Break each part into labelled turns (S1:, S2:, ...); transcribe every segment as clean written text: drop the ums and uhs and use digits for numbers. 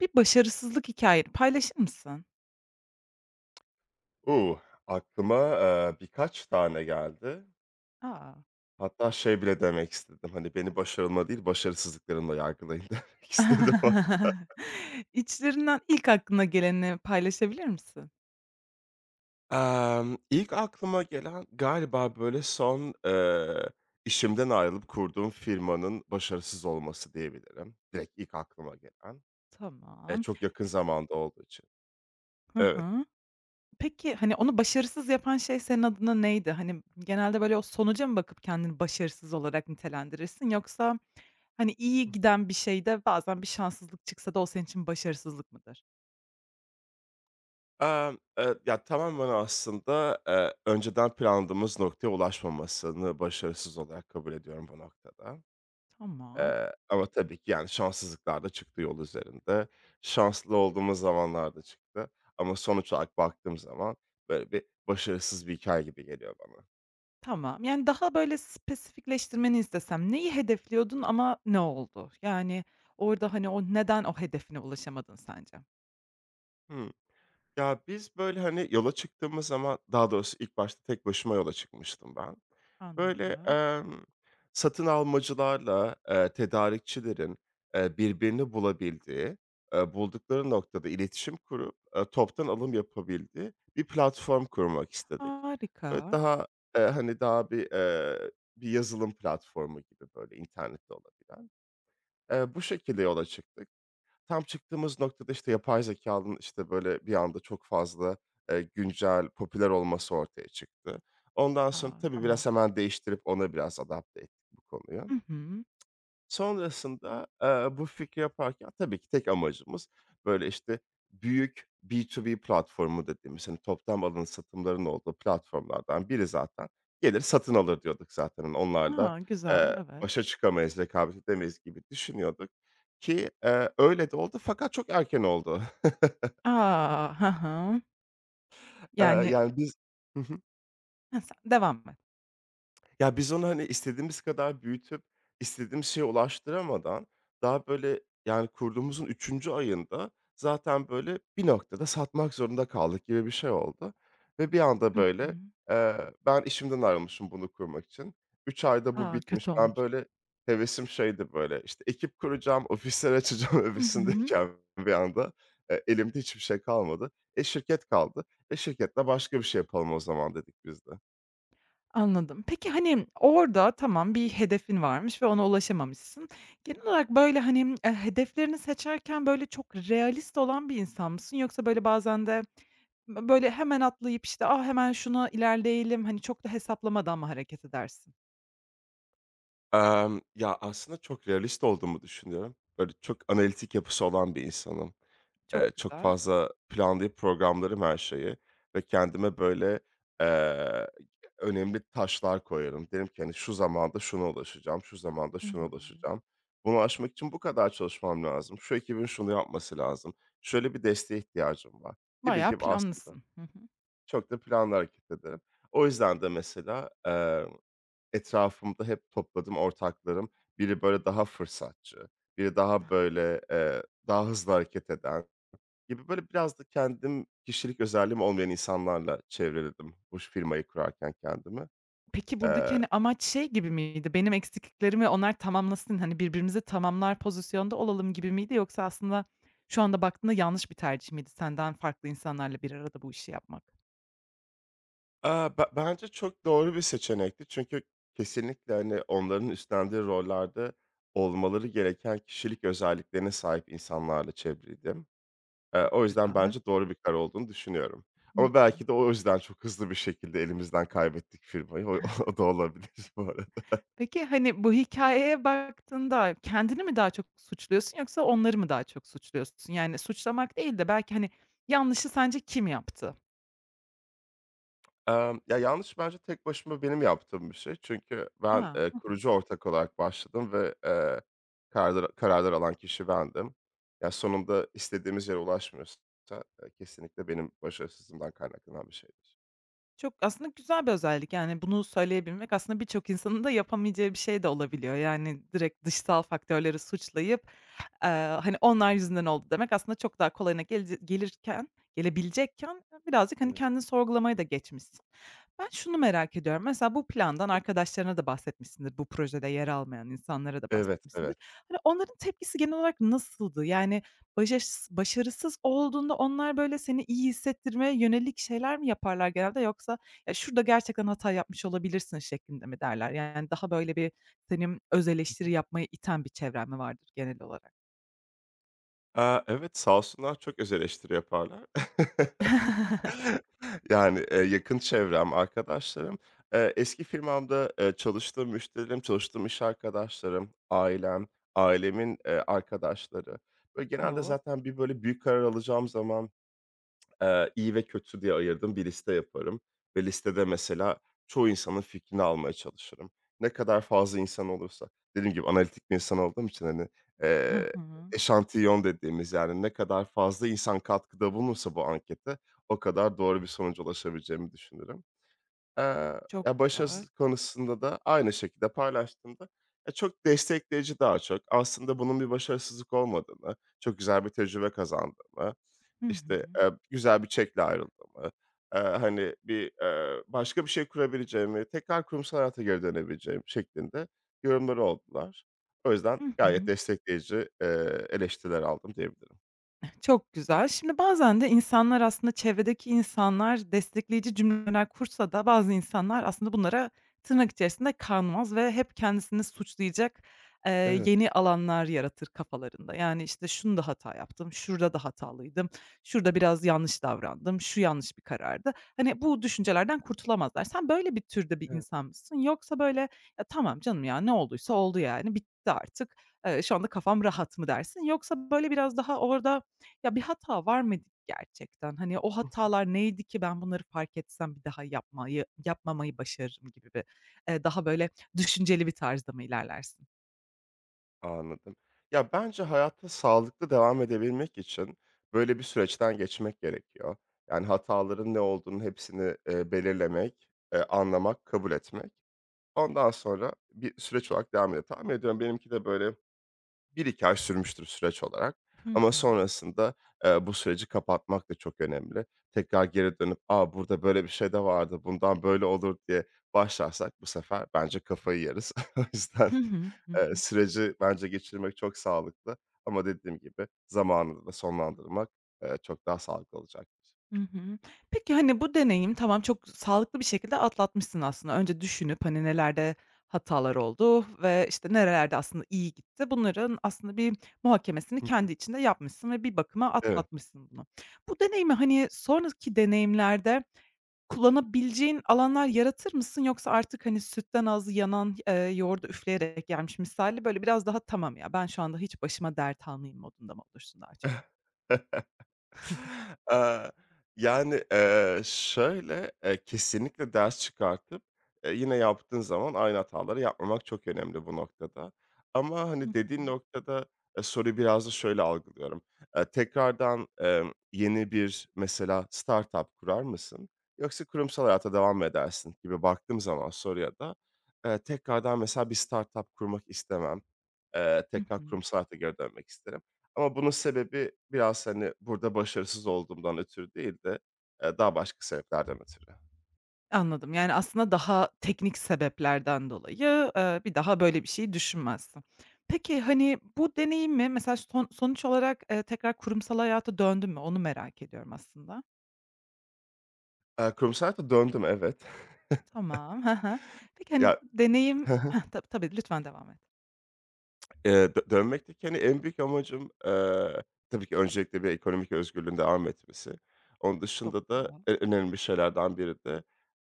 S1: Bir başarısızlık hikayeni paylaşır mısın?
S2: Uh, aklıma, birkaç tane geldi.
S1: A!
S2: Hatta şey bile demek istedim, hani, beni başarılma değil, başarısızlıklarımla yargılayın demek istedim hatta.
S1: İçlerinden ilk aklına geleni paylaşabilir misin?
S2: İlk aklıma gelen galiba, böyle, son, işimden ayrılıp kurduğum firmanın başarısız olması diyebilirim. Direkt ilk aklıma gelen.
S1: Tamam.
S2: Çok yakın zamanda olduğu için.
S1: Hı
S2: Evet.
S1: hı. Peki, hani, onu başarısız yapan şey senin adına neydi? Hani, genelde böyle o sonuca mı bakıp kendini başarısız olarak nitelendirirsin yoksa, hani,
S2: Hı
S1: iyi
S2: hı.
S1: giden bir şeyde bazen bir şanssızlık çıksa da o senin için başarısızlık mıdır?
S2: Ya, tamamen aslında, önceden planladığımız noktaya ulaşmamasını başarısız olarak kabul ediyorum bu noktada.
S1: Tamam.
S2: Ama tabii ki, yani, şanssızlıklar da çıktı yol üzerinde. Şanslı olduğumuz zamanlar da çıktı ama sonuç olarak baktığım zaman, böyle, bir başarısız bir hikâye gibi geliyor bana.
S1: Tamam. Yani, daha böyle spesifikleştirmeni istesem neyi hedefliyordun ama ne oldu? Yani, orada, hani, o neden o hedefine ulaşamadın sence?
S2: Ya, biz, böyle, hani, yola çıktığımız zaman daha doğrusu ilk başta tek başıma yola çıkmıştım ben. Böyle,
S1: Anladım.
S2: satın almacılarla, tedarikçilerin, birbirini bulabildiği, buldukları noktada iletişim kurup, toptan alım yapabildiği bir platform kurmak istedik.
S1: Harika.
S2: Böyle, daha, hani, daha bir, bir yazılım platformu gibi, böyle, internette olabilen. Bu şekilde yola çıktık. Tam çıktığımız noktada, işte, yapay zeka'nın işte, böyle, bir anda çok fazla, güncel, popüler olması ortaya çıktı. Ondan
S1: A,
S2: sonra tabii
S1: tamam.
S2: biraz hemen değiştirip ona biraz adapte ettik bu konuyu.
S1: Hı hı.
S2: Sonrasında, bu fikri yaparken tabii ki tek amacımız, böyle, işte, büyük B2B platformu dediğimiz, hani, toptan alım satımların olduğu platformlardan biri zaten gelir satın alır diyorduk zaten. Hani, onlarla,
S1: A, güzel, evet.
S2: başa çıkamayız, rekabet edemeyiz gibi düşünüyorduk ki, öyle de oldu fakat çok erken oldu.
S1: A! Hı hı. Yani,
S2: Yani, biz.
S1: heh, sen devam et.
S2: Ya, biz onu, hani, istediğimiz kadar büyütüp istediğimiz şeye ulaştıramadan daha, böyle, yani, kurduğumuzun üçüncü ayında zaten, böyle, bir noktada satmak zorunda kaldık gibi bir şey oldu ve bir anda,
S1: Hı hı.
S2: böyle, ben işimden ayrılmışım bunu kurmak için. 3 ayda bu
S1: A,
S2: bitmiş.
S1: kötü
S2: Ben,
S1: olmuş.
S2: böyle, hevesim şeydi, böyle, işte, ekip kuracağım, ofisler açacağım
S1: Hı hı.
S2: hevesindeyken bir anda, elimde hiçbir şey kalmadı. E, şirket kaldı. E, şirketle başka bir şey yapalım o zaman dedik biz de.
S1: Anladım. Peki, hani, orada tamam, bir hedefin varmış ve ona ulaşamamışsın. Genel olarak, böyle, hani, hedeflerini seçerken, böyle, çok realist olan bir insan mısın? Yoksa, böyle, bazen de böyle, hemen atlayıp, işte, "Ah, hemen şuna ilerleyelim." Hani, çok da hesaplamadan mı hareket edersin?
S2: Ya, aslında çok realist olduğumu düşünüyorum. Böyle, çok analitik yapısı olan bir insanım.
S1: Çok
S2: Çok
S1: güzel.
S2: fazla planlayıp programlarım her şeyi ve kendime, böyle, eee, önemli taşlar koyarım. Derim ki, hani, "Şu zamanda şuna ulaşacağım, şu zamanda
S1: Hı
S2: şuna
S1: hı.
S2: ulaşacağım. Buna ulaşmak için bu kadar çalışmam lazım. Şu ekibin şunu yapması lazım. Şöyle bir desteğe ihtiyacım var." gibi
S1: Bayağı
S2: gibi aslında
S1: planlısın. Hı hı.
S2: çok da planlı hareket ederim. O yüzden de mesela, etrafımda hep topladığım ortaklarım, biri böyle daha fırsatçı, biri daha böyle, daha hızlı hareket eden gibi böyle biraz da kendim kişilik özelliğim olmayan insanlarla çevreledim bu firmayı kurarken kendimi.
S1: Peki, buradaki,
S2: Eee,
S1: hani, amaç şey gibi miydi? Benim eksikliklerimi onlar tamamlasın, hani, birbirimizi tamamlar pozisyonda olalım gibi miydi? Yoksa aslında şu anda baktığında yanlış bir tercih miydi senden farklı insanlarla bir arada bu işi yapmak?
S2: aaa, be bence çok doğru bir seçenekti çünkü kesinlikle, hani, onların üstlendiği rollerde olmaları gereken kişilik özelliklerine sahip insanlarla çevrildim. O
S1: Çok
S2: yüzden
S1: güzel.
S2: bence doğru bir karar olduğunu düşünüyorum.
S1: Hı
S2: Ama
S1: hı.
S2: belki de o yüzden çok hızlı bir şekilde elimizden kaybettik firmayı. O o da olabilir bu arada.
S1: Peki, hani, bu hikayeye baktığında kendini mi daha çok suçluyorsun yoksa onları mı daha çok suçluyorsun? Yani, suçlamak değil de belki, hani, yanlışı sence kim yaptı?
S2: Ya, yanlış bence tek başıma benim yaptığım bir şey. Çünkü ben,
S1: A! Hı hı.
S2: kurucu ortak olarak başladım ve, kararlar alan kişi bendim. Ya, sonunda istediğimiz yere ulaşmıyorsa, kesinlikle benim başarısızlığımdan kaynaklanan bir şeydir.
S1: Çok aslında güzel bir özellik. Yani, bunu söyleyebilmek aslında birçok insanın da yapamayacağı bir şey de olabiliyor. Yani, direkt dışsal faktörleri suçlayıp, eee, hani, "Onlar yüzünden oldu." demek aslında çok daha kolayına gelece gelirken gelebilecekken birazcık, hani,
S2: Evet.
S1: kendini sorgulamaya da geçmişsin. Ben şunu merak ediyorum. Mesela bu plandan arkadaşlarına da bahsetmişsindir, bu projede yer almayan insanlara da
S2: Evet,
S1: bahsetmişsindir.
S2: evet.
S1: Hani, onların tepkisi genel olarak nasıldı? Yani, başarısız olduğunda onlar, böyle, seni iyi hissettirmeye yönelik şeyler mi yaparlar genelde yoksa, "Ya, şurada gerçekten hata yapmış olabilirsin." şeklinde mi derler? Yani, daha, böyle, bir senin öz
S2: Hı,
S1: eleştiri yapmaya iten bir çevren mi vardır genel olarak?
S2: evet, sağ olsunlar çok öz eleştiri yaparlar. Yani, yakın çevrem, arkadaşlarım, eski firmamda, çalıştığım müşterilerim, çalıştığım iş arkadaşlarım, ailem, ailemin, arkadaşları. Böyle, genelde
S1: O!
S2: zaten bir, böyle, büyük karar alacağım zaman, iyi ve kötü diye ayırdığım bir liste yaparım ve listede mesela çoğu insanın fikrini almaya çalışırım. Ne kadar fazla insan olursa, dediğim gibi analitik bir insan olduğum için, hani,
S1: Hı
S2: eee,
S1: hı.
S2: eşantiyon dediğimiz, yani, ne kadar fazla insan katkıda bulunursa bu ankete o kadar doğru bir sonuca ulaşabileceğimi düşünürüm. Ya,
S1: Çok güzel.
S2: başarısızlık konusunda da aynı şekilde paylaştığımda, ya, çok destekleyici daha çok. Aslında bunun bir başarısızlık olmadığını, çok güzel bir tecrübe kazandığımı
S1: Hı hı.
S2: işte, güzel bir çekle ayrıldığımı, hani, bir, başka bir şey kurabileceğimi, tekrar kurumsal hayata geri dönebileceğim şeklinde yorumları oldular. O yüzden
S1: Hı
S2: gayet
S1: hı.
S2: destekleyici, eleştiriler aldım diyebilirim.
S1: Çok güzel. Şimdi bazen de insanlar, aslında çevredeki insanlar destekleyici cümleler kursa da bazı insanlar aslında bunlara tırnak içerisinde kanmaz ve hep kendisini suçlayacak, eee,
S2: Evet,
S1: yeni alanlar yaratır kafalarında. Yani, işte, "Şunu da hata yaptım, şurada da hatalıydım, şurada biraz yanlış davrandım, şu yanlış bir karardı." Hani, bu düşüncelerden kurtulamazlar. Sen böyle bir türde bir
S2: evet.
S1: insan mısın? Yoksa böyle, "Ya, tamam canım ya, ne olduysa oldu yani, bitti artık, şu anda kafam rahat." mı dersin? Yoksa böyle biraz daha orada, ya, bir hata var mıydı gerçekten? Hani, o
S2: Hıh.
S1: hatalar neydi ki ben bunları fark etsem bir daha yapmamayı başarırım gibi bir, daha böyle düşünceli bir tarzda mı ilerlersin?
S2: Anladım. Ya, bence hayatta sağlıklı devam edebilmek için böyle bir süreçten geçmek gerekiyor. Yani hataların ne olduğunun hepsini, belirlemek, anlamak, kabul etmek. Ondan sonra bir süreç olarak devam ediyor. Tahmin ediyorum benimki de böyle bir iki ay sürmüştür süreç olarak,
S1: Hı
S2: ama
S1: hı.
S2: sonrasında, bu süreci kapatmak da çok önemli. Tekrar geri dönüp, aa burada böyle bir şey de vardı, bundan böyle olur." diye başlarsak bu sefer bence kafayı yeriz. O yüzden,
S1: Hı hı. Hı hı.
S2: süreci bence geçirmek çok sağlıklı ama dediğim gibi zamanını da sonlandırmak, çok daha sağlıklı olacaktır.
S1: Hı hı. Peki, hani, bu deneyim tamam, çok sağlıklı bir şekilde atlatmışsın aslında. Önce düşünüp, hani, nelerde hatalar oldu ve, işte, nerelerde aslında iyi gitti, bunların aslında bir muhakemesini
S2: Hı
S1: kendi içinde yapmışsın ve bir bakıma
S2: hı. Evet.
S1: atlatmışsın bunu. Bu deneyimi, hani, sonraki deneyimlerde kullanabileceğin alanlar yaratır mısın yoksa artık, hani, sütten ağzı yanan, yoğurdu üfleyerek yermiş misali, böyle, biraz daha, "Tamam ya, ben şu anda hiç başıma dert almayayım." modunda mı olursun daha çok?
S2: Aaa, yani, şöyle, kesinlikle ders çıkartıp, yine yaptığın zaman aynı hataları yapmamak çok önemli bu noktada. Ama,
S1: Hı
S2: hani,
S1: hı.
S2: dediğin noktada, soruyu biraz da şöyle algılıyorum. Tekrardan, yeni bir mesela startup kurar mısın yoksa kurumsal hayata devam mı edersin gibi baktığım zaman soruya da, tekrardan mesela bir startup kurmak istemem.
S1: Hı
S2: Tekrar
S1: hı.
S2: kurumsal hayata geri dönmek isterim. Ama bunun sebebi biraz, hani, burada başarısız olduğumdan ötürü değil de, daha başka sebeplerden ötürü.
S1: Anladım. Yani, aslında daha teknik sebeplerden dolayı, bir daha böyle bir şey düşünmezsin. Peki, hani, bu deneyimi mesela sonuç olarak, tekrar kurumsal hayata döndün mü? Onu merak ediyorum aslında.
S2: Kurumsal hayata döndüm, evet.
S1: Tamam. Hı hı. Peki, hani,
S2: Ya.
S1: bu deneyim
S2: Hı,
S1: heh, tabii, lütfen devam et.
S2: dönmekteki, hani, en büyük amacım, tabii ki öncelikle bir ekonomik özgürlüğün devam etmesi. Onun
S1: Çok
S2: dışında
S1: sağ
S2: da önemli şeylerden biri de,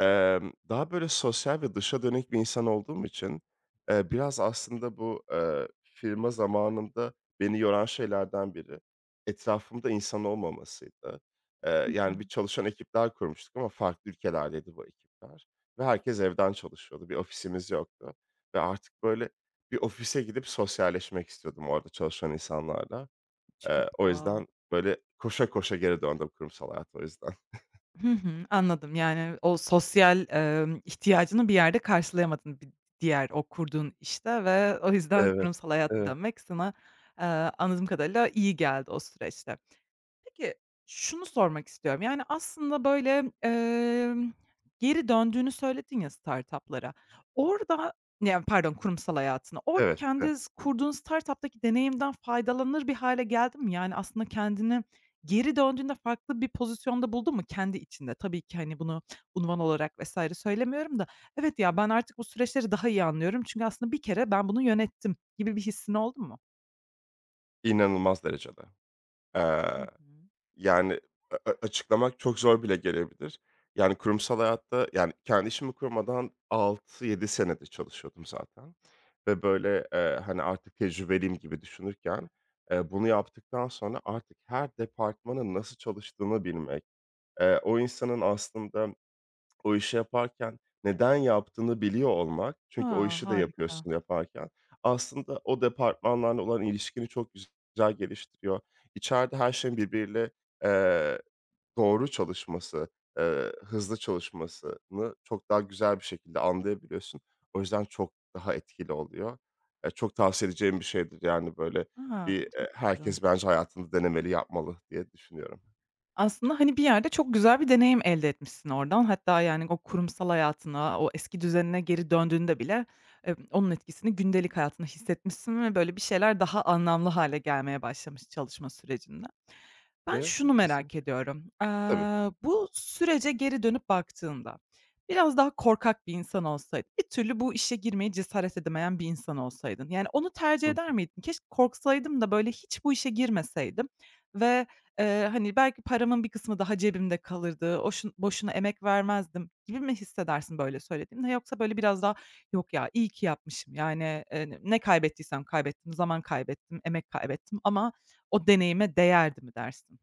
S2: Daha böyle sosyal ve dışa dönük bir insan olduğum için, biraz aslında bu, firma zamanında beni yoran şeylerden biri etrafımda insan olmamasıydı.
S1: Hı hı.
S2: Yani, bir çalışan ekipler kurmuştuk ama farklı ülkelerdeydi bu ekipler ve herkes evden çalışıyordu. Bir ofisimiz yoktu ve artık böyle bir ofise gidip sosyalleşmek istiyordum orada çalışan insanlarla.
S1: Çok
S2: O
S1: da
S2: yüzden böyle koşa koşa geri döndüm kurumsal hayata o yüzden.
S1: Hı hı, anladım. Yani, o sosyal, ihtiyacını bir yerde karşılayamadın, diğer o kurduğun işte ve o yüzden
S2: Evet,
S1: kurumsal hayata
S2: evet,
S1: dönmek sana, anladığım kadarıyla iyi geldi o süreçte. Peki, şunu sormak istiyorum. Yani, aslında, böyle, geri döndüğünü söyledin ya startup'lara. Orada, ya, pardon, kurumsal hayatına. Orada
S2: evet.
S1: kendi kurduğun startup'taki deneyimden faydalanır bir hâle geldin mi? Yani, aslında kendini geri döndüğünde farklı bir pozisyonda buldun mu kendi içinde? Tabii ki, hani, bunu unvan olarak vs. söylemiyorum da, "Evet ya, ben artık bu süreçleri daha iyi anlıyorum çünkü aslında bir kere ben bunu yönettim." gibi bir hissin oldu mu?
S2: İnanılmaz derecede.
S1: Hı
S2: Eee,
S1: hı.
S2: Yani, a a açıklamak çok zor bile gelebilir. Yani, kurumsal hayatta, yani, kendi işimi kurmadan 6-7 senedir çalışıyordum zaten ve, böyle, hani, artık tecrübeliyim gibi düşünürken, bunu yaptıktan sonra artık her departmanın nasıl çalıştığını bilmek, o insanın aslında o işi yaparken neden yaptığını biliyor olmak çünkü o
S1: A!
S2: işi de
S1: Harika.
S2: yapıyorsun yaparken aslında o departmanlarla olan ilişkini çok güzel geliştiriyor. İçeride her şeyin birbiriyle, eee, doğru çalışması, hızlı çalışmasını çok daha güzel bir şekilde anlayabiliyorsun. O yüzden çok daha etkili oluyor. Çok tavsiye edeceğim bir şeydir yani böyle
S1: A!
S2: bir,
S1: Çok güzel.
S2: herkes bence hayatında denemeli, yapmalı diye düşünüyorum.
S1: Aslında, hani, bir yerde çok güzel bir deneyim elde etmişsin oradan. Hatta, yani, o kurumsal hayatına, o eski düzenine geri döndüğünde bile, onun etkisini gündelik hayatında hissetmişsin ve böyle bir şeyler daha anlamlı hale gelmeye başlamış çalışma sürecinde. Ben
S2: Evet,
S1: şunu
S2: evet,
S1: merak
S2: kesinlikle.
S1: ediyorum.
S2: Tabii.
S1: Bu sürece geri dönüp baktığında biraz daha korkak bir insan olsaydın, bir türlü bu işe girmeye cesaret edemeyen bir insan olsaydın, yani, onu tercih eder
S2: Hı.
S1: miydin? "Keşke korksaydım da böyle hiç bu işe girmeseydim ve, hani, belki paramın bir kısmı daha cebimde kalırdı, boşuna emek vermezdim." gibi mi hissedersin böyle söylediğimde yoksa böyle biraz daha, "Yok ya, iyi ki yapmışım, yani, ne kaybettiysem kaybettim, zaman kaybettim, emek kaybettim ama o deneyime değerdi." mi dersin?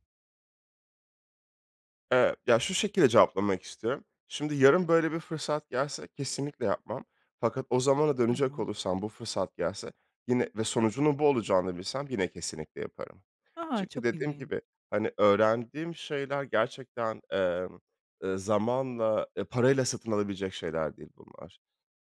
S2: Ya, şu şekilde cevaplamak istiyorum. Şimdi yarın böyle bir fırsat gelse kesinlikle yapmam. Fakat o zamana dönecek
S1: Tamam.
S2: olursam bu fırsat gelse yine ve sonucunun bu olacağını bilsem yine kesinlikle yaparım.
S1: A!
S2: Çünkü
S1: Çok
S2: dediğim
S1: ilginç.
S2: gibi, hani, öğrendiğim şeyler gerçekten, zamanla, parayla satın alabilecek şeyler değil bunlar.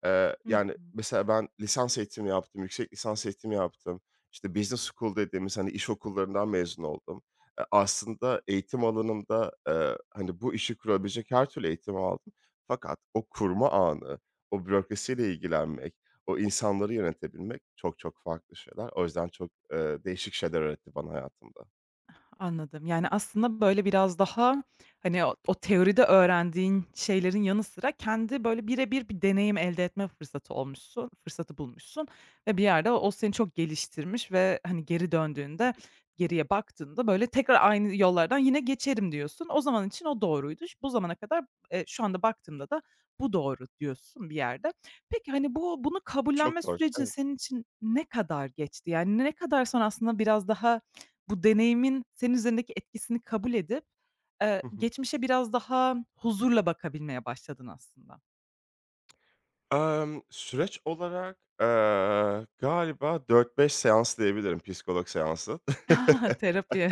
S1: Hı
S2: Yani,
S1: hı.
S2: mesela ben lisans eğitimi yaptım, yüksek lisans eğitimi yaptım. İşte, business school dediğimiz, hani, iş okullarından mezun oldum. Aslında eğitim alanımda, hani, bu işi kurabilecek her türlü eğitimi aldım. Fakat o kurma anı, o bürokrasiyle ilgilenmek, o insanları yönetebilmek çok çok farklı şeyler. O yüzden çok, değişik şeyler öğretti bana hayatımda.
S1: Anladım. Yani, aslında, böyle, biraz daha, hani, o teoride öğrendiğin şeylerin yanı sıra kendi, böyle, birebir bir deneyim elde etme fırsatı bulmuşsun ve bir yerde o seni çok geliştirmiş ve, hani, geri döndüğünde, geriye baktığında, böyle, tekrar aynı yollardan yine geçerim diyorsun. O zaman için o doğruydu. Bu zamana kadar, şu anda baktığımda da bu doğru diyorsun bir yerde. Peki, hani, bunu
S2: Çok
S1: kabullenme
S2: doğru.
S1: süreci
S2: Evet.
S1: senin için ne kadar geçti? Yani, ne kadar sonra aslında biraz daha bu deneyimin senin üzerindeki etkisini kabul edip, geçmişe biraz daha huzurla bakabilmeye başladın aslında.
S2: Süreç olarak, galiba 4-5 seans diyebilirim psikolog seansı.
S1: Terapiye.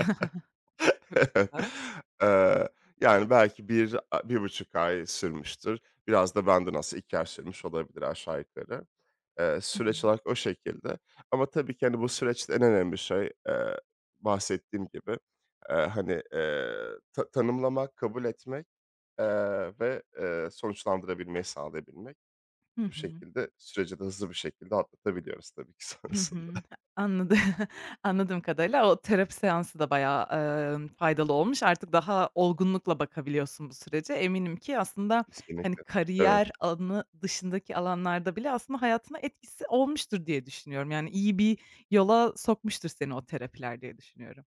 S1: Çok
S2: Evet.
S1: güzel.
S2: Eee, Yani, belki 1,5 ay sürmüştür. Biraz da bende nasıl 2 ay sürmüş olabilir aşağı yukarı.
S1: Hı hı.
S2: Süreç olarak o şekilde ama tabii ki, hani, bu süreçte en önemli şey, bahsettiğim gibi, hani, tanımlamak, kabul etmek, ve, sonuçlandırabilmeyi sağlayabilmek.
S1: Hı
S2: Bu
S1: hı.
S2: şekilde süreci de hızlı bir şekilde atlatabiliyoruz tabii ki
S1: Hı
S2: sonrasında.
S1: hı. Anladı anladığım kadarıyla o terapi seansı da bayağı, faydalı olmuş. Artık daha olgunlukla bakabiliyorsun bu sürece. Eminim ki aslında, hani,
S2: Kesinlikle. Evet.
S1: kariyer alanı dışındaki alanlarda bile aslında hayatına etkisi olmuştur diye düşünüyorum. Yani, iyi bir yola sokmuştur seni o terapiler diye düşünüyorum.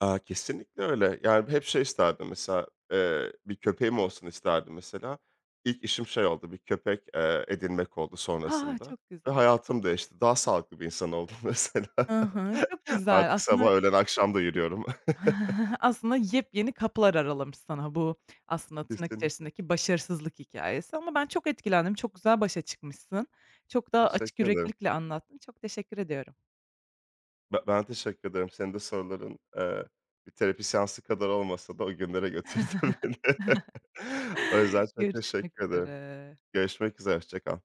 S2: Aaa, kesinlikle öyle. Yani, hep şey isterdim mesela, bir köpeğim olsun isterdim mesela. İlk işim şey oldu, bir köpek, edinmek oldu
S1: A!
S2: sonrasında
S1: Çok
S2: ve
S1: güzel.
S2: hayatım değişti. Daha sağlıklı bir insan oldum mesela.
S1: Hı hı. Çok güzel.
S2: Artık
S1: Aslında
S2: sabah, öğlen, akşam da yürüyorum.
S1: aslında yepyeni kapılar aralamış sana bu aslında tırnak
S2: Kesinlikle.
S1: içerisindeki başarısızlık hikâyesi, ama ben çok etkilendim. Çok güzel başa çıkmışsın. Çok da açık
S2: Teşekkür ederim.
S1: yüreklilikle anlattın. Çok teşekkür ediyorum.
S2: Ben teşekkür ederim. Senin de soruların, bir terapi seansı kadar olmasa da o günlere götürdü beni. O yüzden çok
S1: Görüşmek
S2: teşekkür ederim.
S1: üzere.
S2: Görüşmek üzere, hoşça kal.